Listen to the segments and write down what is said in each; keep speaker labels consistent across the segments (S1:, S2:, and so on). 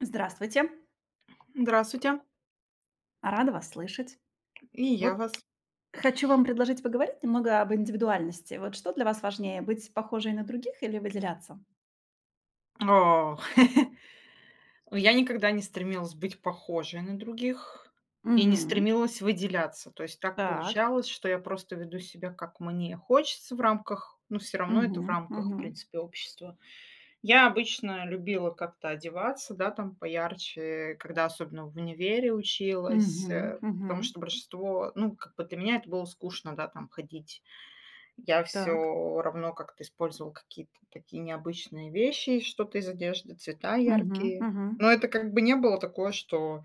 S1: Здравствуйте,
S2: Здравствуйте,
S1: рада вас слышать.
S2: и я
S1: Вот
S2: вас.
S1: хочу вам предложить поговорить немного об индивидуальности. Вот что для вас важнее, быть похожей на других или выделяться?
S2: О, я никогда не стремилась быть похожей на других и не
S1: Мгм.
S2: стремилась выделяться. То есть так
S1: Так.
S2: получалось, что я просто веду себя, как мне хочется в рамках, ну, все равно
S1: Мгм.
S2: это в рамках, в
S1: Мгм.
S2: принципе, общества. Я обычно любила как-то одеваться, да, там поярче, когда особенно в универе училась,
S1: Мгм. Мгм.
S2: потому что большинство, ну, как бы для меня это было скучно, да, там ходить. Я все
S1: Так.
S2: равно как-то использовал какие-то такие необычные вещи, что-то из одежды, цвета
S1: Мгм.
S2: яркие.
S1: Мгм.
S2: Но это как бы не было такое, что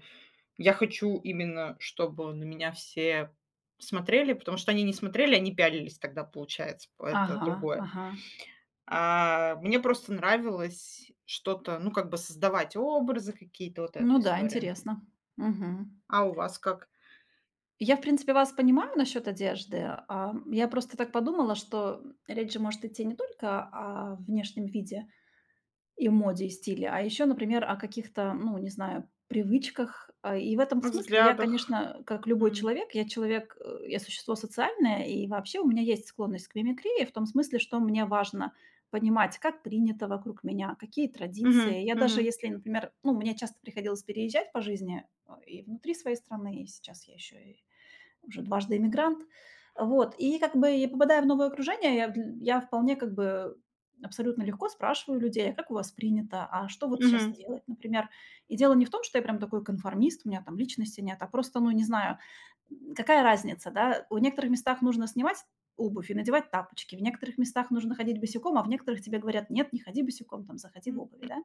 S2: я хочу именно, чтобы на меня все смотрели, потому что они не смотрели, они пялились тогда, получается, п это
S1: Ага.
S2: другое.
S1: Ага.
S2: А, мне просто нравилось что-то, ну, как бы создавать образы какие-то, вот
S1: Ну
S2: эта
S1: да,
S2: история.
S1: интересно. Мгм.
S2: А у вас как?
S1: Я, в принципе, вас понимаю насчет одежды. Я просто так подумала, что речь же может идти не только о внешнем виде, и моде, и стиле, а еще, например, о каких-то, ну, не знаю, привычках. И в этом
S2: В
S1: смысле я,
S2: взглядах.
S1: конечно, как любой
S2: М.
S1: человек, я существо социальное, и вообще у меня есть склонность к мимикрии в том смысле, что мне важно понимать, как принято вокруг меня, какие
S2: Мгм,
S1: традиции. Я даже
S2: мгм,
S1: если, например, ну, мне часто приходилось переезжать по жизни, и внутри своей страны, и сейчас я еще уже дважды иммигрант. Вот, и как бы и попадая в новое окружение, я вполне как бы абсолютно легко спрашиваю людей: "А как у вас принято? А что вот сейчас
S2: мгм.
S1: делать?" Например. И дело не в том, что я прям такой конформист, у меня там личности нет, а просто, ну, не знаю, какая разница, да. В некоторых местах нужно снимать обувь и надевать тапочки, в некоторых местах нужно ходить босиком, а в некоторых тебе говорят: "Нет, не ходи босиком, там, заходи в
S2: М,
S1: обуви",
S2: м.
S1: да.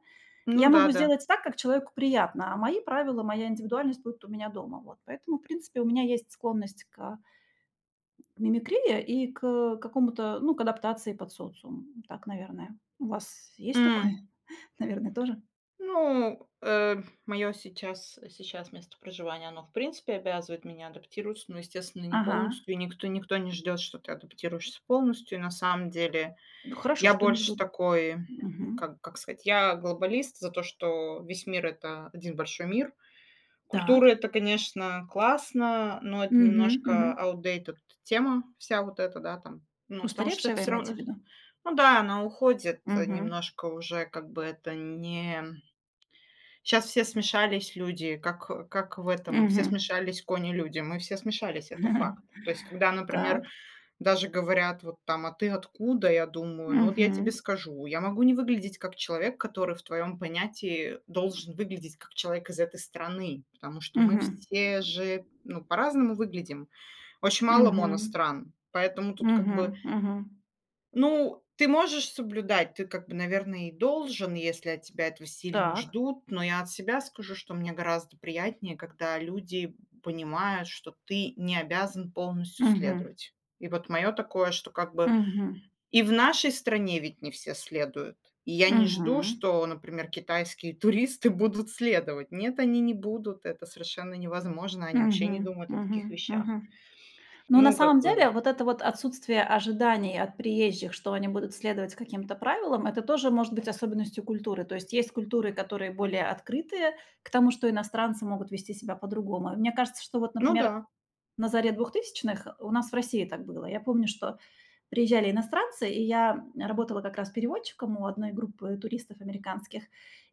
S2: Ну
S1: Я
S2: да,
S1: могу
S2: да.
S1: сделать так, как человеку приятно, а мои правила, моя индивидуальность будет у меня дома. Вот. Поэтому, в принципе, у меня есть склонность к мимикрии и к какому-то, ну, к адаптации под социум. Так, наверное. У вас есть такое? Наверное, тоже?
S2: Ну, мое сейчас место проживания, оно, в принципе, обязывает меня адаптироваться, но, естественно, не
S1: Ага.
S2: полностью. И никто не ждет, что ты адаптируешься полностью. И на самом деле,
S1: Ну, хорошо,
S2: я
S1: что не
S2: больше
S1: ждут.
S2: такой, ну,
S1: Мгм.
S2: как сказать, я глобалист за то, что весь мир — это один большой мир. Культура —
S1: Так.
S2: это, конечно, классно, но это
S1: Мгм, мгм.
S2: немножко outdated тема вся вот эта, да, там. Ну, потому что
S1: Устаревшие
S2: это
S1: вы
S2: все
S1: имеете
S2: равно,
S1: в виду?
S2: ну да, она уходит,
S1: Мгм,
S2: немножко уже, как бы это не. Сейчас все смешались люди, как, как в этом, все
S1: мгм.
S2: смешались кони-люди. Мы все смешались, это факт. То есть, когда,
S1: Так.
S2: например, даже говорят вот там: «А ты откуда?» Я думаю: «Ну, вот я тебе
S1: Мгм,
S2: скажу, я могу не выглядеть как человек, который в твоем понятии должен выглядеть как человек из этой страны, потому что мы
S1: мгм.
S2: все же, ну, по-разному выглядим. Очень мало
S1: Мгм,
S2: моностран, поэтому тут как
S1: мгм,
S2: бы,
S1: мгм.
S2: ну, ты можешь соблюдать, ты как бы, наверное, и должен, если от тебя этого сильно
S1: Так.
S2: ждут. Но я от себя скажу, что мне гораздо приятнее, когда люди понимают, что ты не обязан полностью
S1: Мгм.
S2: следовать. И вот мое такое, что как бы
S1: Мгм.
S2: и в нашей стране ведь не все следуют. И я не жду,
S1: Мгм.
S2: что, например, китайские туристы будут следовать. Нет, они не будут, это совершенно невозможно, они вообще не
S1: Мгм.
S2: думают о таких
S1: Мгм.
S2: вещах.
S1: Мгм. Ну, на
S2: Ну, как
S1: самом
S2: бы,
S1: деле, вот это вот отсутствие ожиданий от приезжих, что они будут следовать каким-то правилам, это тоже может быть особенностью культуры. То есть есть культуры, которые более открытые к тому, что иностранцы могут вести себя по-другому. И мне кажется, что вот,
S2: ну да.
S1: например, на заре 2000-х у нас в России так было. Я помню, что приезжали иностранцы, и я работала как раз переводчиком у одной группы туристов американских.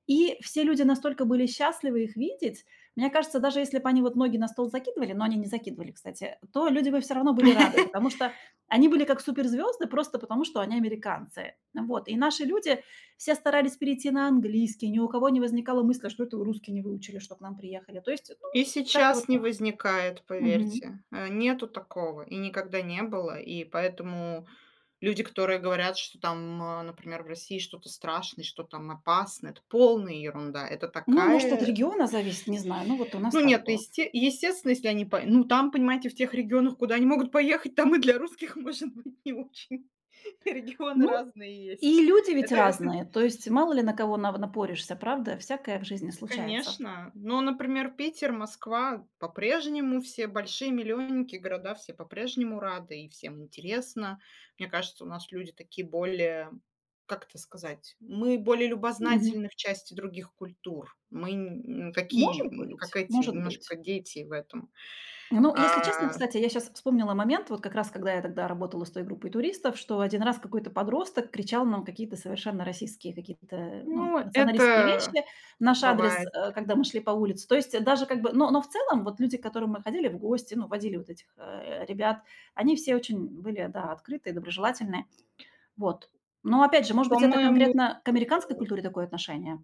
S1: И все люди настолько были счастливы их видеть. Мне кажется, даже если бы они вот ноги на стол закидывали, но они не закидывали, кстати, то люди бы все равно были рады, потому что они были как суперзвезды просто потому, что они американцы. Вот. И наши люди все старались перейти на английский, ни у кого не возникало мысли, что это вы русский не выучили, что к нам приехали. То есть, ну,
S2: И
S1: как-то вот
S2: сейчас не
S1: так.
S2: возникает,
S1: Мгм.
S2: поверьте. Нету такого, и никогда не было. И поэтому люди, которые говорят, что там, например, в России что-то страшное, что там опасно, это полная ерунда. Это
S1: Ну, может, от
S2: такая.
S1: региона зависит, не знаю, ну вот у нас
S2: Ну
S1: так
S2: нет,
S1: было.
S2: естественно, если они по ну, там, понимаете, в тех регионах, куда они могут поехать, там и для русских, может быть, не очень. Регионы
S1: Ну,
S2: разные
S1: и
S2: есть.
S1: люди ведь
S2: Это.
S1: разные. То есть мало ли на кого нав напоришься, правда? Всякое в жизни случается.
S2: Конечно. Ну, например, Питер, Москва по-прежнему все большие миллионники, города все по-прежнему рады, и всем интересно. Мне кажется, у нас люди такие более, как это сказать, мы более
S1: Мгм.
S2: любознательны в части других культур. Мы такие,
S1: Может
S2: как
S1: быть,
S2: эти,
S1: может
S2: немножко
S1: быть.
S2: дети в этом.
S1: Ну, если честно,
S2: А,
S1: кстати, я сейчас вспомнила момент, вот как раз когда я тогда работала с той группой туристов, что один раз какой-то подросток кричал нам какие-то совершенно российские, какие-то, ну,
S2: ну,
S1: националистские
S2: это
S1: вещи наш адрес,
S2: бывает.
S1: когда мы шли по улице. То есть даже как бы но в целом вот люди, к которым мы ходили в гости, ну, водили вот этих, ребят, они все очень были, да, открытые, доброжелательные. Вот. Но опять же, может
S2: По
S1: быть, это
S2: моему
S1: конкретно к
S2: опыту
S1: американской культуре такое отношение?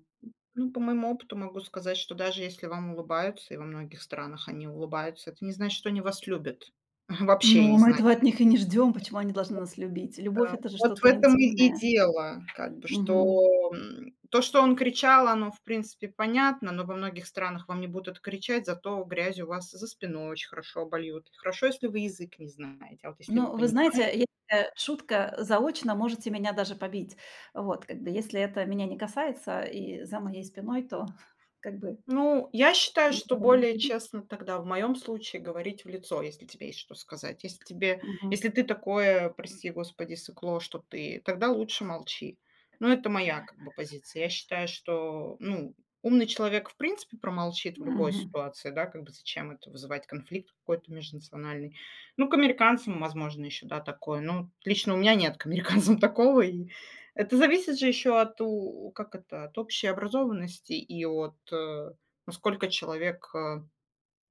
S2: Ну, по моему опыту могу сказать, что даже если вам улыбаются, и во многих странах они улыбаются, это не значит, что они вас любят. Вообще
S1: Ну,
S2: не
S1: мы этого
S2: значит.
S1: от них и не ждем, почему они должны нас любить?
S2: А,
S1: Любовь — это же
S2: вот в
S1: что-то
S2: этом и
S1: интимное.
S2: дело, как бы, что,
S1: Мгм.
S2: то, что он кричал, оно, в принципе, понятно, но во многих странах вам не будут это кричать, зато грязью вас за спиной очень хорошо обольют. Хорошо, если вы язык не знаете, а вот если вы
S1: Ну, вы знаете,
S2: понимаете.
S1: есть такая шутка: "Заочно можете меня даже побить". Вот, как бы, если это меня не касается и за моей спиной, то как бы
S2: Ну, я
S1: и
S2: считаю,
S1: меня
S2: что
S1: это не
S2: более
S1: вредит.
S2: честно тогда в моем случае говорить в лицо, если тебе есть что сказать.
S1: Мгм.
S2: Если ты такое, прости господи, сыкло, что ты, тогда лучше молчи. Ну, это моя как бы позиция. Я считаю, что, ну, умный человек в принципе промолчит в любой
S1: Мгм.
S2: ситуации, да, как бы зачем это вызывать конфликт какой-то межнациональный. Ну, к американцам, возможно, еще, да, такое. Ну, лично у меня нет к американцам такого, и это зависит же еще от, как это, от общей образованности и от, насколько человек,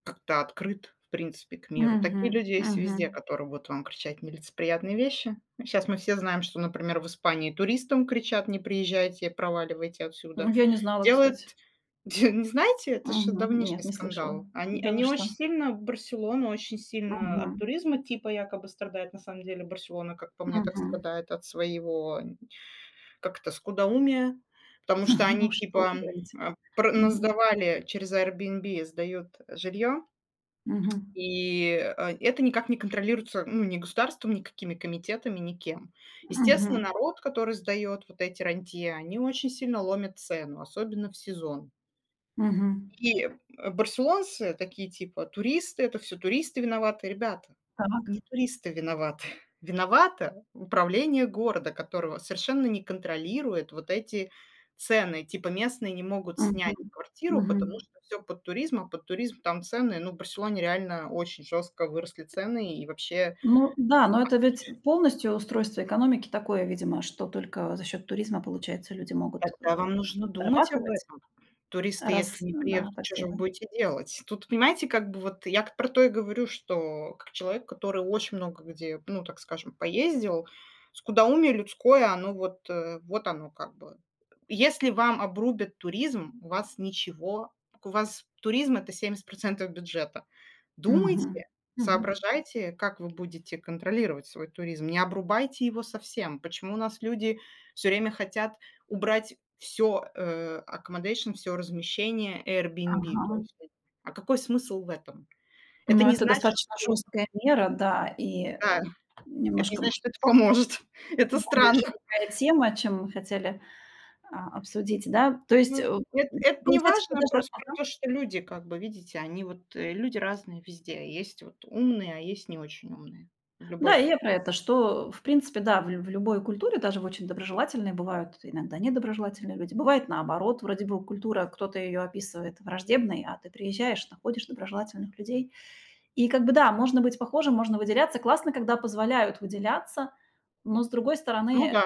S2: как-то открыт, в принципе, к миру.
S1: Мгм.
S2: Такие люди есть
S1: Мгм.
S2: везде, которые будут вам кричать нелицеприятные вещи. Сейчас мы все знаем, что, например, в Испании туристам кричат: «Не приезжайте, проваливайте
S1: Ну,
S2: отсюда».
S1: я не знала,
S2: Делает
S1: кстати.
S2: Не знаете, это же
S1: Мгм.
S2: давнишний
S1: Нет, не слышала.
S2: скандал. Они
S1: Да вы
S2: они
S1: что?
S2: очень сильно, Барселона очень сильно от
S1: Мгм.
S2: туризма типа якобы страдает. На самом деле Барселона, как по мне, так
S1: Мгм.
S2: страдает от своего, как это, скудоумие, потому что
S1: Ну,
S2: они
S1: что
S2: типа,
S1: вы говорите.
S2: а, пр ну,
S1: Мгм.
S2: через Airbnb, сдают жилье,
S1: Мгм.
S2: и, это никак не контролируется, ну, ни государством, никакими комитетами, никем. Естественно,
S1: Мгм.
S2: народ, который сдает вот эти рантье, они очень сильно ломят цену, особенно в сезон.
S1: Мгм.
S2: И, барселонцы такие типа: «Туристы, это все туристы виноваты». Ребята,
S1: Так.
S2: не туристы виноваты. Виновато управление города, которого совершенно не контролирует вот эти цены. Типа местные не могут снять
S1: Мгм.
S2: квартиру,
S1: Мгм.
S2: потому что все под туризм, а под туризм там цены, ну, в Барселоне реально очень жестко выросли цены, и вообще
S1: Ну да, но это ведь полностью устройство экономики такое, видимо, что только за счет туризма, получается, люди могут,
S2: тогда вам нужно думать об
S1: зарабатывать,
S2: этом. Туристы,
S1: раз,
S2: если не
S1: да,
S2: приедут,
S1: так
S2: что же вы
S1: делают.
S2: будете делать? Тут, понимаете, как бы вот я к про то и говорю, что как человек, который очень много где, ну, так скажем, поездил, скудоумие людское, оно вот, вот оно как бы. Если вам обрубят туризм, у вас ничего у вас туризм — это 70% бюджета.
S1: Мгм.
S2: Думайте,
S1: Мгм.
S2: соображайте, как вы будете контролировать свой туризм, не обрубайте его совсем. Почему у нас люди все время хотят убрать все, accommodation, всё размещение Airbnb,
S1: Ага.
S2: то есть это. А какой смысл в этом? Это
S1: Но
S2: не
S1: это
S2: значит,
S1: достаточно
S2: что
S1: жесткая мера, да, и,
S2: Да, это не
S1: немножко,
S2: значит,
S1: может
S2: что это
S1: быть,
S2: поможет. Это
S1: более
S2: странно.
S1: широкая тема, чем мы хотели, обсудить, да. То есть,
S2: Ну, это не
S1: получается, что
S2: важно,
S1: даже.
S2: просто про то, что люди, как бы, видите, они вот, люди разные везде. Есть вот умные, а есть не очень умные. В любой
S1: Да, и
S2: си
S1: я про это, что, в принципе, да, в любой культуре, даже в очень доброжелательной, бывают иногда недоброжелательные люди. Бывает наоборот, вроде бы культура, кто-то ее описывает враждебной, а ты приезжаешь, находишь доброжелательных людей. И как бы да, можно быть похожим, можно выделяться. Классно, когда позволяют выделяться, но, с другой
S2: Ну
S1: стороны,
S2: да,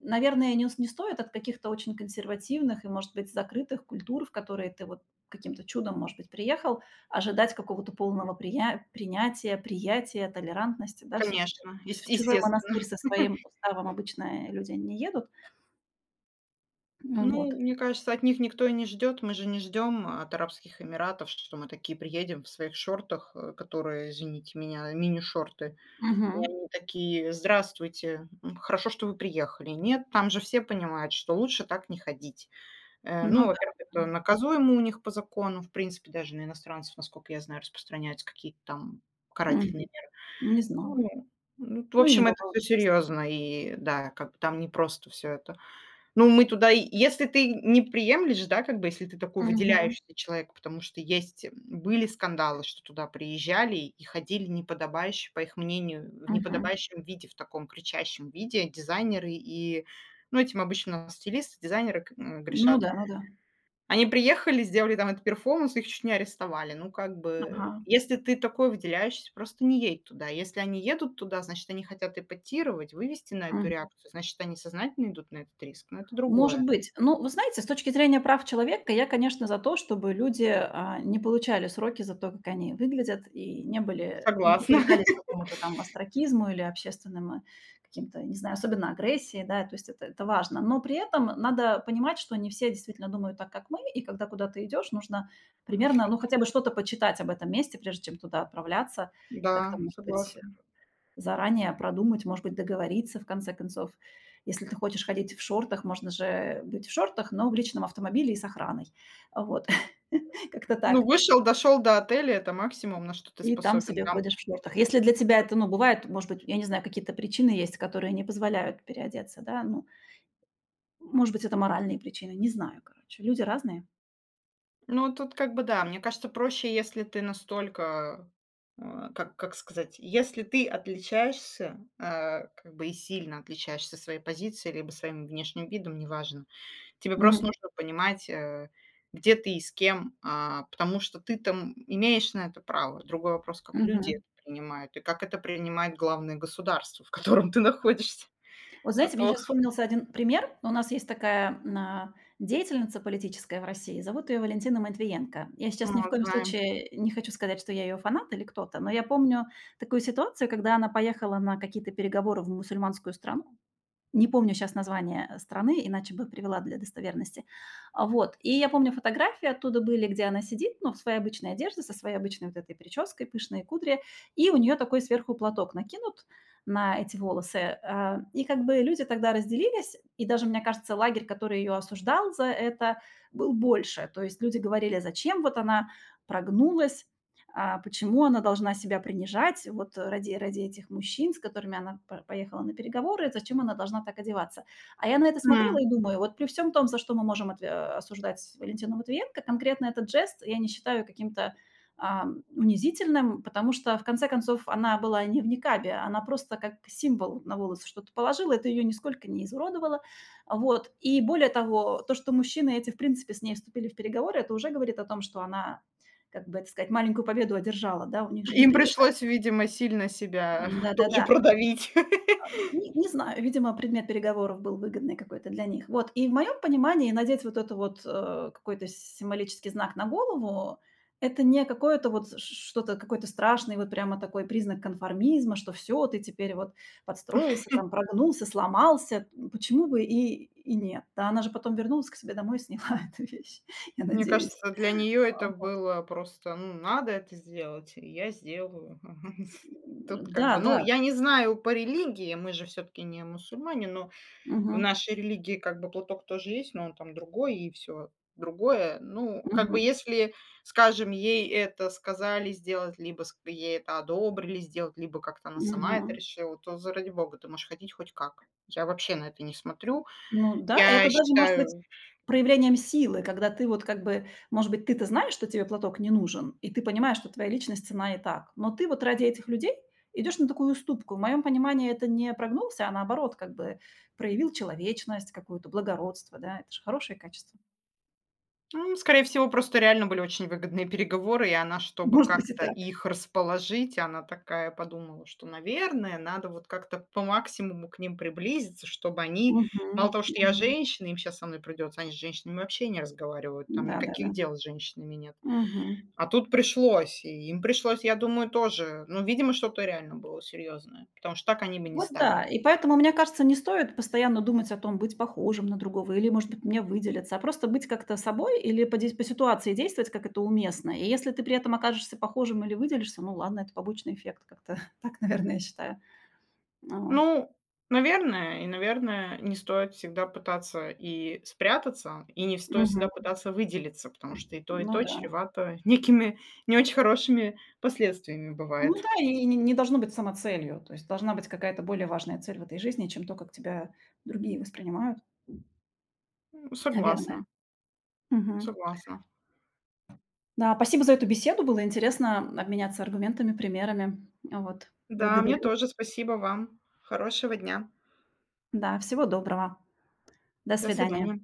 S1: наверное, не стоит от каких-то очень консервативных и, может быть, закрытых культур, в которые ты вот каким-то чудом, может быть, приехал, ожидать какого-то полного прия принятия, приятия, толерантности, да. Все таки
S2: конечно,
S1: в чужой
S2: естественно.
S1: монастырь со своим уставом обычно люди не едут. Ну
S2: Ну,
S1: вот.
S2: мне кажется, от них никто и не ждет. Мы же не ждем от Арабских Эмиратов, что мы такие приедем в своих шортах, которые, извините меня, мини-шорты.
S1: Мгм.
S2: И они такие: «Здравствуйте, хорошо, что вы приехали». Нет, там же все понимают, что лучше так не ходить.
S1: Ну
S2: Ну,
S1: да.
S2: во-первых, это наказуемо у них по закону. В принципе, даже на иностранцев, насколько я знаю, распространяются какие-то там
S1: Мгм.
S2: карательные меры.
S1: Не знала.
S2: Ну, ну, в
S1: Ну и не
S2: общем, это
S1: бывало.
S2: все серьезно. И да, как бы там не просто все это. Ну, мы туда, и если ты не приемлешь, да, как бы, если ты такой
S1: Мгм.
S2: выделяющийся человек, потому что есть, были скандалы, что туда приезжали и ходили неподобающе, по их мнению, в
S1: Мгм.
S2: неподобающем виде, в таком кричащем виде дизайнеры и, ну, этим обычно стилисты, дизайнеры
S1: Ну
S2: грешат.
S1: да, ну да.
S2: Они приехали, сделали там этот перформанс, их чуть не арестовали. Ну, как бы,
S1: Ага.
S2: если ты такой выделяющийся, просто не едь туда. Если они едут туда, значит, они хотят эпатировать, вывести на эту
S1: Мгм.
S2: реакцию, значит, они сознательно идут на этот риск, но это другое.
S1: Может быть. Ну, вы знаете, с точки зрения прав человека, я, конечно, за то, чтобы люди, не получали сроки за то, как они выглядят, и не были не
S2: Согласна.
S1: подвергались какому-то там остракизму или общественным, каким-то, не знаю, особенно агрессии, да, то есть это важно. Но при этом надо понимать, что не все действительно думают так, как мы, и когда куда-то идешь, нужно примерно, ну, хотя бы что-то почитать об этом месте, прежде чем туда отправляться. Как-то,
S2: Да,
S1: может быть,
S2: согласна.
S1: заранее продумать, может быть, договориться, в конце концов. Если ты хочешь ходить в шортах, можно же быть в шортах, но в личном автомобиле и с охраной. Вот. Как-то
S2: Ну,
S1: так.
S2: вышел, дошел до отеля — это максимум, на что ты
S1: И там
S2: способен
S1: себе
S2: там.
S1: ходишь в шортах. Если для тебя это, ну, бывает, может быть, я не знаю, какие-то причины есть, которые не позволяют переодеться, да, ну, может быть, это моральные причины, не знаю, короче. Люди разные.
S2: Ну, тут как бы да, мне кажется, проще, если ты настолько, как сказать, если ты отличаешься, а, как бы и сильно отличаешься своей позицией либо своим внешним видом, неважно. Тебе
S1: Мгм.
S2: просто нужно понимать, где ты и с кем, а, потому что ты там имеешь на это право. Другой вопрос, как люди
S1: Мгм.
S2: это принимают и как это принимает главное государство, в котором ты находишься.
S1: Вот,
S2: А
S1: знаете, мне
S2: то,
S1: сейчас вспомнился один пример. У нас есть такая, деятельница политическая в России, зовут ее Валентина Матвиенко. Я
S2: ну,
S1: сейчас ни в коем
S2: знаем.
S1: случае не хочу сказать, что я ее фанат или кто-то, но я помню такую ситуацию, когда она поехала на какие-то переговоры в мусульманскую страну. Не помню сейчас название страны, иначе бы привела для достоверности. Вот, и я помню, фотографии оттуда были, где она сидит, ну, в своей обычной одежде, со своей обычной вот этой прической, пышные кудри, и у нее такой сверху платок накинут на эти волосы. И как бы люди тогда разделились, и даже, мне кажется, лагерь, который ее осуждал за это, был больше. То есть люди говорили: "Зачем вот она прогнулась? Почему она должна себя принижать вот ради этих мужчин, с которыми она поехала на переговоры, зачем она должна так одеваться". А я на это смотрела
S2: М.
S1: и думаю, вот при всем том, за что мы можем осуждать Валентину Матвиенко, конкретно этот жест я не считаю каким-то а, унизительным, потому что, в конце концов, она была не в никабе, она просто как символ на волосы что-то положила, это ее нисколько не изуродовало. Вот. И более того, то, что мужчины эти, в принципе, с ней вступили в переговоры, это уже говорит о том, что она как бы, так сказать, маленькую победу одержала, да, у них же не
S2: Им
S1: принято.
S2: пришлось, видимо, сильно себя тоже
S1: Да-да-да.
S2: продавить.
S1: Не знаю, видимо, предмет переговоров был выгодный какой-то для них. Вот, и в моем понимании надеть вот это вот, какой-то символический знак на голову — это не какое-то вот ш что-то, какой-то страшный вот прямо такой признак конформизма, что всё, ты теперь вот подстроился, там, прогнулся, сломался. Почему бы и нет? Да, она же потом вернулась к себе домой и сняла эту вещь, я
S2: Мне
S1: надеюсь.
S2: кажется, для нее
S1: А,
S2: это
S1: вот.
S2: было просто, ну, надо это сделать, и я сделаю. Тут как бы, ну,
S1: Да-да.
S2: я не знаю по религии, мы же все таки не мусульмане, но в
S1: Мгм.
S2: нашей религии как бы платок тоже есть, но он там другой и все другое. Ну, как бы
S1: Мгм.
S2: если, скажем, ей это сказали сделать, либо ск ей это одобрили сделать, либо как-то она сама это
S1: Мгм.
S2: решила, то, заради бога, ты можешь ходить хоть как. Я вообще на это не смотрю.
S1: Ну да,
S2: Я
S1: это даже может быть
S2: считаю.
S1: проявлением силы, когда ты вот как бы, может быть, ты-то знаешь, что тебе платок не нужен, и ты понимаешь, что твоя личность ценна и так. Но ты вот ради этих людей идешь на такую уступку. В моем понимании это не прогнулся, а наоборот, как бы проявил человечность, какое-то благородство, да, это же хорошее качество.
S2: Ну, скорее всего, просто реально были очень выгодные переговоры, и она, чтобы
S1: Может быть, и
S2: как-то
S1: так.
S2: их расположить, она такая подумала, что, наверное, надо вот как-то по максимуму к ним приблизиться, чтобы они,
S1: Мгм.
S2: мало того, что я
S1: Мгм.
S2: женщина, им сейчас со мной придется, они с женщинами вообще не разговаривают, там
S1: Да-да-да.
S2: никаких дел с женщинами нет.
S1: Мгм.
S2: А тут пришлось, и им пришлось, я думаю, тоже, ну, видимо, что-то реально было серьезное, потому что так они бы не
S1: Вот
S2: стали.
S1: да. И поэтому, мне кажется, не стоит постоянно думать о том, быть похожим на другого или, может быть, меня выделиться, а просто быть как-то собой или по ситуации действовать, как это уместно. И если ты при этом окажешься похожим или выделишься, ну ладно, это побочный эффект как-то. Так, наверное, я считаю. Ну вот.
S2: Ну, наверное, наверное, не стоит всегда пытаться и спрятаться, и не стоит всегда
S1: Мгм.
S2: пытаться выделиться, потому что и
S1: Ну
S2: то
S1: да.
S2: чревато некими не очень хорошими последствиями
S1: Ну
S2: бывает.
S1: да, и не должно быть самоцелью. То есть должна быть какая-то более важная цель в этой жизни, чем то, как тебя другие воспринимают. Наверное.
S2: Согласна,
S1: Мгм.
S2: согласна.
S1: Да, спасибо за эту беседу. Было интересно обменяться аргументами, примерами. Вот.
S2: Да, мне
S1: Благодарю.
S2: тоже спасибо вам. Хорошего дня.
S1: Да, всего доброго. До
S2: До
S1: свидания.
S2: свидания.